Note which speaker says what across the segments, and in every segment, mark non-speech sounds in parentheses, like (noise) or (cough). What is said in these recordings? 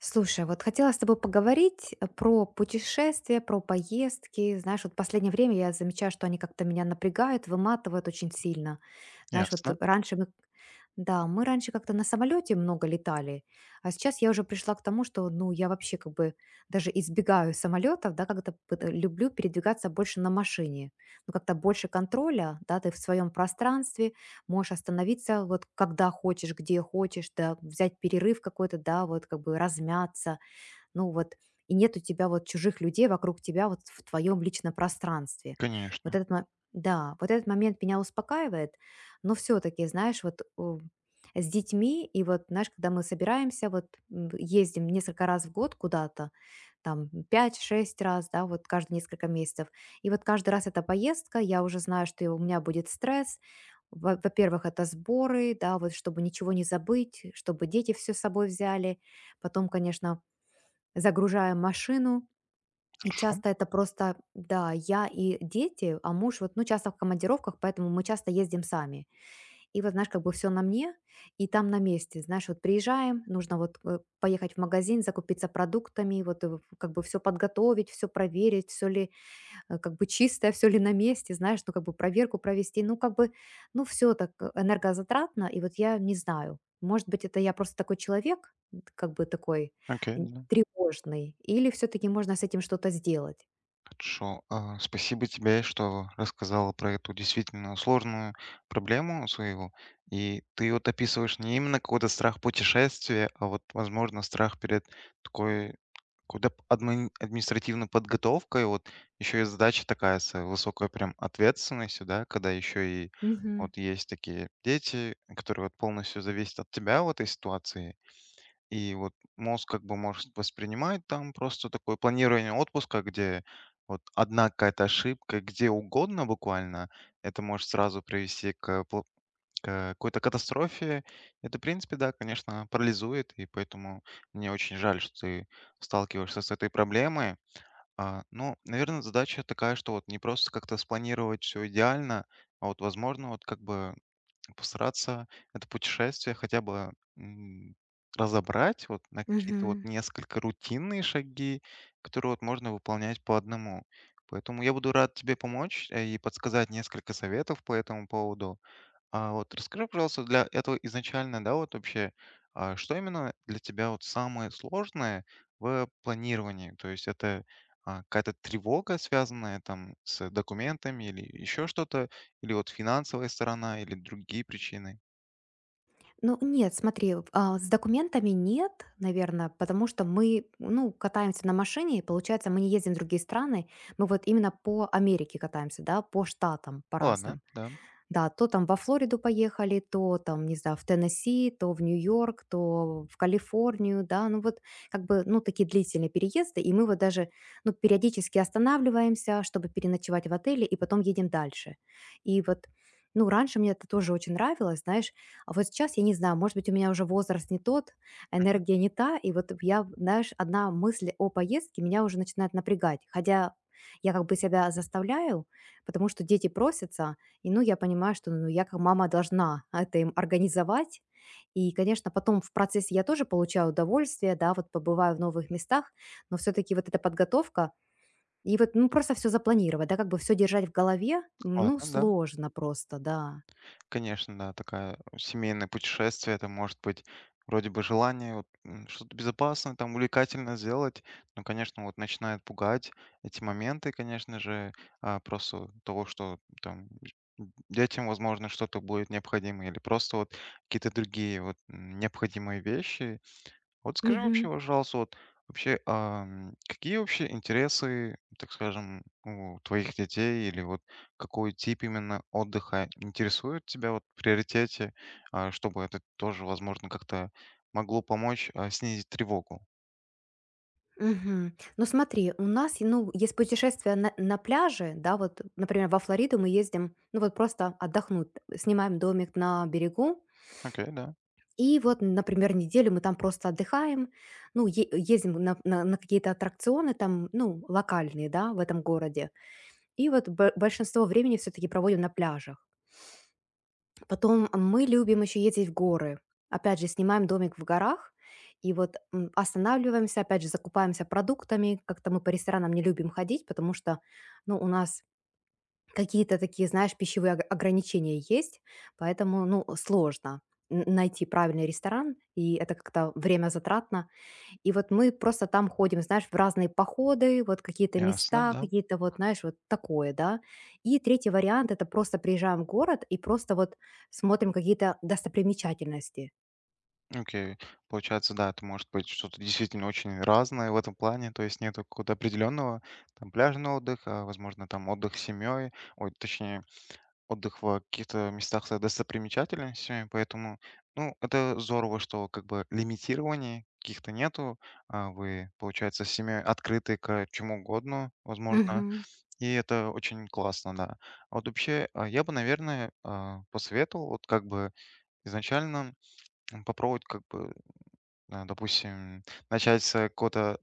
Speaker 1: Слушай, вот хотела с тобой поговорить про путешествия, про поездки. Знаешь, вот в последнее время я замечаю, что они как-то меня напрягают, выматывают очень сильно. Знаешь, вот
Speaker 2: Ясно,
Speaker 1: раньше мы, да, мы раньше как-то на самолете много летали, а сейчас я уже пришла к тому, что, ну, я вообще как бы даже избегаю самолетов, да, как-то люблю передвигаться больше на машине. Ну, как-то больше контроля, да, ты в своем пространстве, можешь остановиться вот когда хочешь, где хочешь, да, взять перерыв какой-то, да, вот как бы размяться, ну вот, и нет у тебя вот чужих людей вокруг тебя вот в твоем личном пространстве. Вот
Speaker 2: конечно.
Speaker 1: этот, да, вот этот момент меня успокаивает, но все-таки, знаешь, вот с детьми, и вот, знаешь, когда мы собираемся, вот ездим несколько раз в год куда-то, там пять шесть раз, да, вот каждые несколько месяцев. И вот каждый раз эта поездка, я уже знаю, что у меня будет стресс, во-первых, это сборы, да, вот чтобы ничего не забыть, чтобы дети все с собой взяли. Потом, конечно, загружаем машину. И
Speaker 2: Хорошо.
Speaker 1: часто это просто, да, я и дети, а муж вот, ну, часто в командировках, поэтому мы часто ездим сами. И вот, знаешь, как бы все на мне, и там на месте, знаешь, вот приезжаем, нужно вот поехать в магазин, закупиться продуктами, вот как бы все подготовить, все проверить, все ли как бы чистое, все ли на месте, знаешь, ну, как бы проверку провести, ну, как бы, ну, все так энергозатратно, и вот я не знаю, может быть, это я просто такой человек, как бы такой
Speaker 2: Окей, да.
Speaker 1: тревожный, или все-таки можно с этим что-то сделать?
Speaker 2: Хорошо. Спасибо тебе, что рассказала про эту действительно сложную проблему своего. И ты вот описываешь не именно какой-то страх путешествия, а вот, возможно, страх перед такой какой-то административной подготовкой. Вот еще и задача такая с высокой прям ответственностью, да, когда еще и
Speaker 1: Мгм.
Speaker 2: вот есть такие дети, которые вот полностью зависят от тебя в этой ситуации. И вот мозг как бы может воспринимать там просто такое планирование отпуска, где вот одна какая-то ошибка где угодно буквально, это может сразу привести к какой-то катастрофе. Это, в принципе, да, конечно, парализует, и поэтому мне очень жаль, что ты сталкиваешься с этой проблемой. Ну, наверное, задача такая, что вот не просто как-то спланировать все идеально, а вот, возможно, вот как бы постараться это путешествие хотя бы, м, разобрать вот на какие-то вот
Speaker 1: Мгм.
Speaker 2: несколько рутинные шаги, которые вот можно выполнять по одному. Поэтому я буду рад тебе помочь, и подсказать несколько советов по этому поводу. А вот расскажи, пожалуйста, для этого изначально, да, вот вообще, что именно для тебя вот самое сложное в планировании? То есть это какая-то тревога, связанная там с документами или еще что-то, или вот финансовая сторона, или другие причины?
Speaker 1: Ну, нет, смотри, с документами нет, наверное, потому что мы, ну, катаемся на машине, и получается, мы не ездим в другие страны, мы вот именно по Америке катаемся, да, по штатам, по
Speaker 2: Ладно,
Speaker 1: разным.
Speaker 2: да,
Speaker 1: Да, то там во Флориду поехали, то там, не знаю, в Теннесси, то в Нью-Йорк, то в Калифорнию, да, ну вот как бы, ну такие длительные переезды, и мы вот даже, ну, периодически останавливаемся, чтобы переночевать в отеле, и потом едем дальше. И вот, ну, раньше мне это тоже очень нравилось, знаешь, а вот сейчас, я не знаю, может быть, у меня уже возраст не тот, энергия не та, и вот я, знаешь, одна мысль о поездке меня уже начинает напрягать, хотя я как бы себя заставляю, потому что дети просятся, и, ну, я понимаю, что, ну, я как мама должна это им организовать. И, конечно, потом в процессе я тоже получаю удовольствие, да, вот побываю в новых местах, но все-таки вот эта подготовка и вот, ну, просто все запланировать, да, как бы все держать в голове, ну,
Speaker 2: ладно, да.
Speaker 1: сложно просто, да.
Speaker 2: Конечно, да, такая семейное путешествие, это может быть вроде бы желание вот, что-то безопасное, там увлекательно сделать, но, конечно, вот начинает пугать эти моменты, конечно же, просто того, что там детям, возможно, что-то будет необходимо или просто вот какие-то другие вот необходимые вещи. Вот скажи
Speaker 1: Мгм.
Speaker 2: вообще, пожалуйста, вот вообще, какие вообще интересы, так скажем, у твоих детей или вот какой тип именно отдыха интересует тебя вот в приоритете, чтобы это тоже, возможно, как-то могло помочь снизить тревогу?
Speaker 1: Мгм. Ну смотри, у нас, ну, есть путешествия на пляже, да, вот, например, во Флориду мы ездим, ну вот просто отдохнуть, снимаем домик на берегу.
Speaker 2: Окей, да,
Speaker 1: И вот, например, неделю мы там просто отдыхаем, ну, ездим на, на какие-то аттракционы там, ну, локальные, да, в этом городе. И вот большинство времени все-таки проводим на пляжах. Потом мы любим еще ездить в горы. Опять же, снимаем домик в горах, и вот останавливаемся, опять же, закупаемся продуктами. Как-то мы по ресторанам не любим ходить, потому что, ну, у нас какие-то такие, знаешь, пищевые ограничения есть, поэтому, ну, сложно найти правильный ресторан, и это как-то время затратно. И вот мы просто там ходим, знаешь, в разные походы, вот какие-то
Speaker 2: ясно,
Speaker 1: места,
Speaker 2: да.
Speaker 1: какие-то вот, знаешь, вот такое, да. И третий вариант– это просто приезжаем в город и просто вот смотрим какие-то достопримечательности.
Speaker 2: Окей, получается, да, это может быть что-то действительно очень разное в этом плане, то есть нет какого-то определенного там пляжного отдыха, возможно, там отдых с семьей, ой, точнее, отдых в каких-то местах с достопримечательностями, поэтому, ну, это здорово, что как бы лимитирований каких-то нету. Вы, получается, с семьей открыты к чему угодно, возможно,
Speaker 1: Мгм.
Speaker 2: и это очень классно, да. Вот вообще, я бы, наверное, посоветовал вот как бы изначально попробовать как бы, допустим, начать с какого-то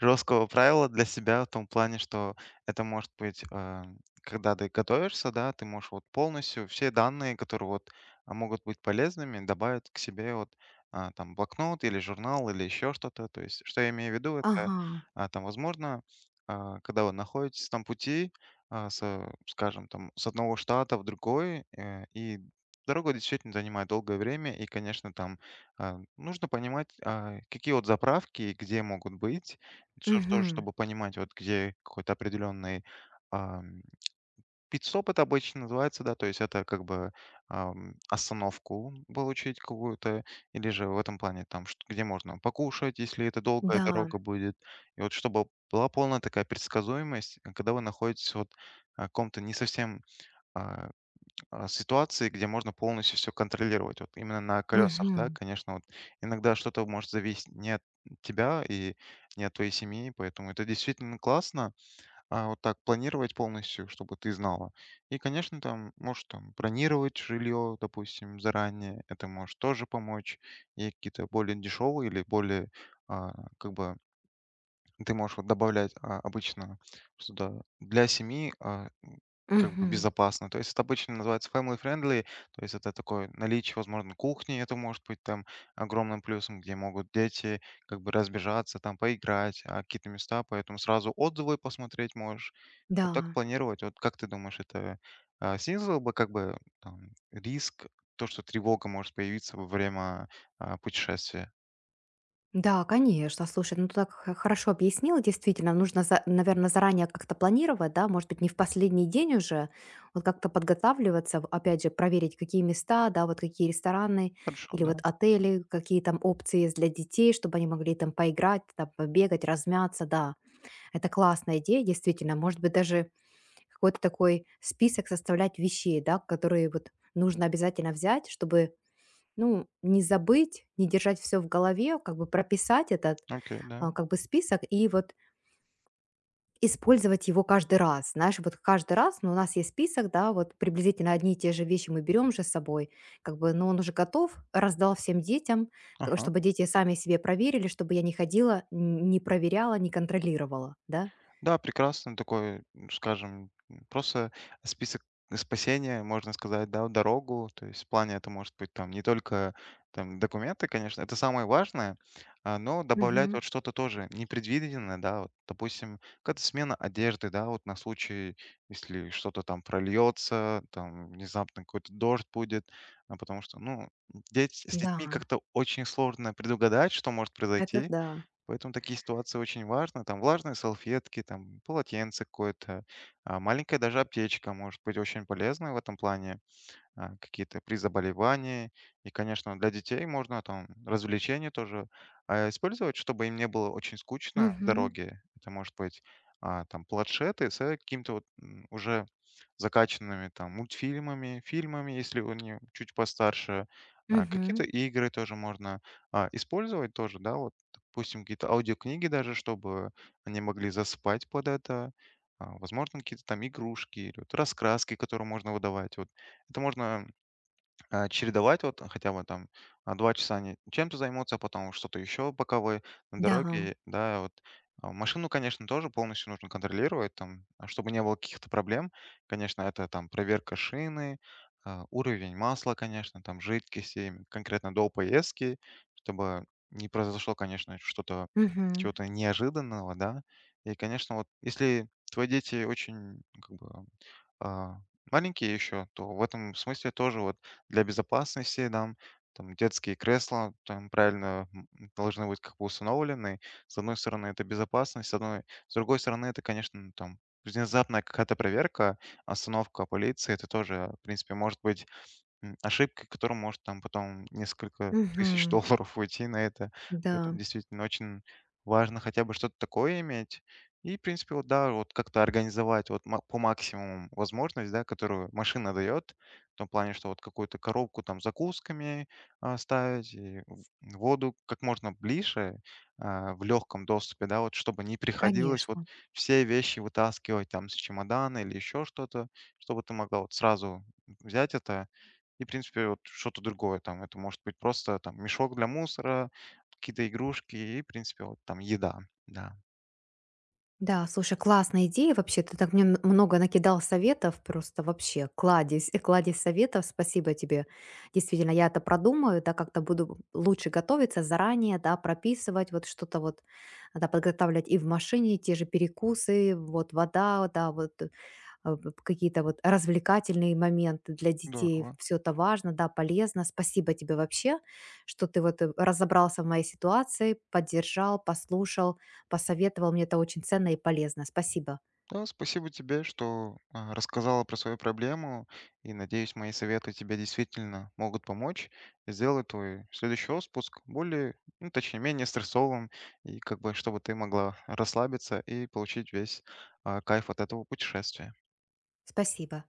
Speaker 2: жесткого правила для себя в том плане, что это может быть, когда ты готовишься, да, ты можешь вот полностью все данные, которые вот могут быть полезными, добавить к себе вот там блокнот или журнал или еще что-то. То есть, что я имею в виду, это
Speaker 1: Ага.
Speaker 2: там, возможно, когда вы находитесь там пути, а, с, скажем, там, с одного штата в другой, и дорога действительно занимает долгое время, и, конечно, там нужно понимать, какие вот заправки и где могут быть. Всё ж тоже,
Speaker 1: Мгм.
Speaker 2: чтобы понимать, вот где какой-то определенный, ам, пит-стоп это обычно называется, да, то есть это как бы, остановку получить какую-то, или же в этом плане там, чт где можно покушать, если это долгая
Speaker 1: Да.
Speaker 2: дорога будет. И вот чтобы была полная такая предсказуемость, когда вы находитесь вот, в каком-то не совсем, а ситуации, где можно полностью все контролировать. Вот именно на колесах, да,
Speaker 1: Мгм.
Speaker 2: конечно, вот иногда что-то может зависеть не от тебя и не от твоей семьи, поэтому это действительно классно, вот так планировать полностью, чтобы ты знала. И, конечно, там, может, там бронировать жилье, допустим, заранее, это может тоже помочь. И какие-то более дешевые или более, а, как бы ты можешь вот добавлять, обычно сюда для семьи, как бы
Speaker 1: Мгм.
Speaker 2: безопасно. То есть это обычно называется family friendly, то есть это такое наличие, возможно, кухни, это может быть там огромным плюсом, где могут дети как бы разбежаться, там поиграть, а какие-то места, поэтому сразу отзывы посмотреть можешь. Вот так
Speaker 1: Да.
Speaker 2: планировать. Вот как ты думаешь, это снизило бы как бы там, риск, то, что тревога может появиться во время путешествия?
Speaker 1: Да, конечно. Слушай, ну ты так хорошо объяснила, действительно, нужно, наверное, заранее как-то планировать, да, может быть, не в последний день уже, вот как-то подготавливаться, опять же, проверить, какие места, да, вот какие рестораны
Speaker 2: Хорошо,
Speaker 1: или вот
Speaker 2: да.
Speaker 1: отели, какие там опции есть для детей, чтобы они могли там поиграть, там, побегать, размяться, да. Это классная идея, действительно. Может быть, даже какой-то такой список составлять вещей, да, которые вот нужно обязательно взять, чтобы ну, не забыть, не держать все в голове, как бы прописать это,
Speaker 2: Окей, да.
Speaker 1: а, как бы список и вот использовать его каждый раз. Знаешь, вот каждый раз, ну, у нас есть список, да, вот приблизительно одни и те же вещи мы берем же с собой, как бы, но он уже готов, раздал всем детям,
Speaker 2: Ага.
Speaker 1: чтобы дети сами себе проверили, чтобы я не ходила, не проверяла, не контролировала, да?
Speaker 2: Да, прекрасно такой, скажем, просто список спасения, можно сказать, да, дорогу. То есть в плане это может быть там не только там документы, конечно, это самое важное, но добавлять
Speaker 1: Мгм.
Speaker 2: вот что-то тоже непредвиденное, да, вот, допустим, какая-то смена одежды, да, вот на случай, если что-то там прольется, там внезапно какой-то дождь будет, потому что, ну, с детьми
Speaker 1: Да,
Speaker 2: как-то очень сложно предугадать, что может
Speaker 1: это
Speaker 2: произойти.
Speaker 1: да.
Speaker 2: Поэтому такие ситуации очень важны. Там влажные салфетки, там полотенце какое-то, маленькая даже аптечка может быть очень полезной в этом плане какие-то при заболевании. И, конечно, для детей можно там развлечения тоже использовать, чтобы им не было очень скучно
Speaker 1: Мгм.
Speaker 2: дороги. Это может быть там планшеты с какими-то вот уже закачанными там мультфильмами, фильмами, если они чуть постарше. Какие-то
Speaker 1: Мгм.
Speaker 2: игры тоже можно использовать тоже, да, вот, допустим, какие-то аудиокниги даже, чтобы они могли заспать под это. Возможно, какие-то там игрушки или вот раскраски, которые можно выдавать. Вот это можно чередовать вот хотя бы там 2 часа они чем-то займутся, а потом что-то еще пока вы на
Speaker 1: Да.
Speaker 2: дороге, да, вот. Машину, конечно, тоже полностью нужно контролировать, там, а чтобы не было каких-то проблем. Конечно, это там проверка шины, уровень масла, конечно, там жидкости, им конкретно до поездки, чтобы не произошло, конечно, что-то
Speaker 1: Мгм.
Speaker 2: чего-то неожиданного, да. И, конечно, вот если твои дети очень как бы а, маленькие еще, то в этом смысле тоже вот для безопасности нам там детские кресла там правильно должны быть как бы установлены. С одной стороны, это безопасность, с другой стороны, это, конечно, ну, там внезапная какая-то проверка, остановка полиции, это тоже, в принципе, может быть ошибкой, которая может там потом несколько тысяч (laughs)
Speaker 1: Мгм.
Speaker 2: долларов уйти на это.
Speaker 1: Да,
Speaker 2: Поэтому действительно очень важно хотя бы что-то такое иметь. И, в принципе, вот да, вот как-то организовать вот по максимуму возможность, да, которую машина дает, в том плане, что вот какую-то коробку там с закусками ставить, и воду как можно ближе, в легком доступе, да, вот чтобы не приходилось вот
Speaker 1: конечно.
Speaker 2: все вещи вытаскивать там с чемодана или еще что-то, чтобы ты могла вот сразу взять это и, в принципе, вот что-то другое там. Это может быть просто там мешок для мусора, какие-то игрушки и, в принципе, вот там еда. Да.
Speaker 1: Да, слушай, классная идея вообще. Ты так мне много накидал советов, просто вообще кладезь, (laughs) кладезь советов. Спасибо тебе. Действительно, я это продумаю, да, как-то буду лучше готовиться заранее, да, прописывать вот что-то вот, да, подготавливать и в машине те же перекусы, вот вода, да, вот э, а, п какие-то вот развлекательные моменты для детей.
Speaker 2: Здорово.
Speaker 1: Все это важно, да, полезно. Спасибо тебе вообще, что ты вот, разобрался в моей ситуации, поддержал, послушал, посоветовал. Мне это очень ценно и полезно. Спасибо.
Speaker 2: Да, спасибо тебе, что рассказала про свою проблему, и надеюсь, мои советы тебе действительно могут помочь сделать твой следующий отпуск более, ну, точнее, менее стрессовым, и как бы, чтобы ты могла расслабиться и получить весь кайф от этого путешествия.
Speaker 1: Спасибо.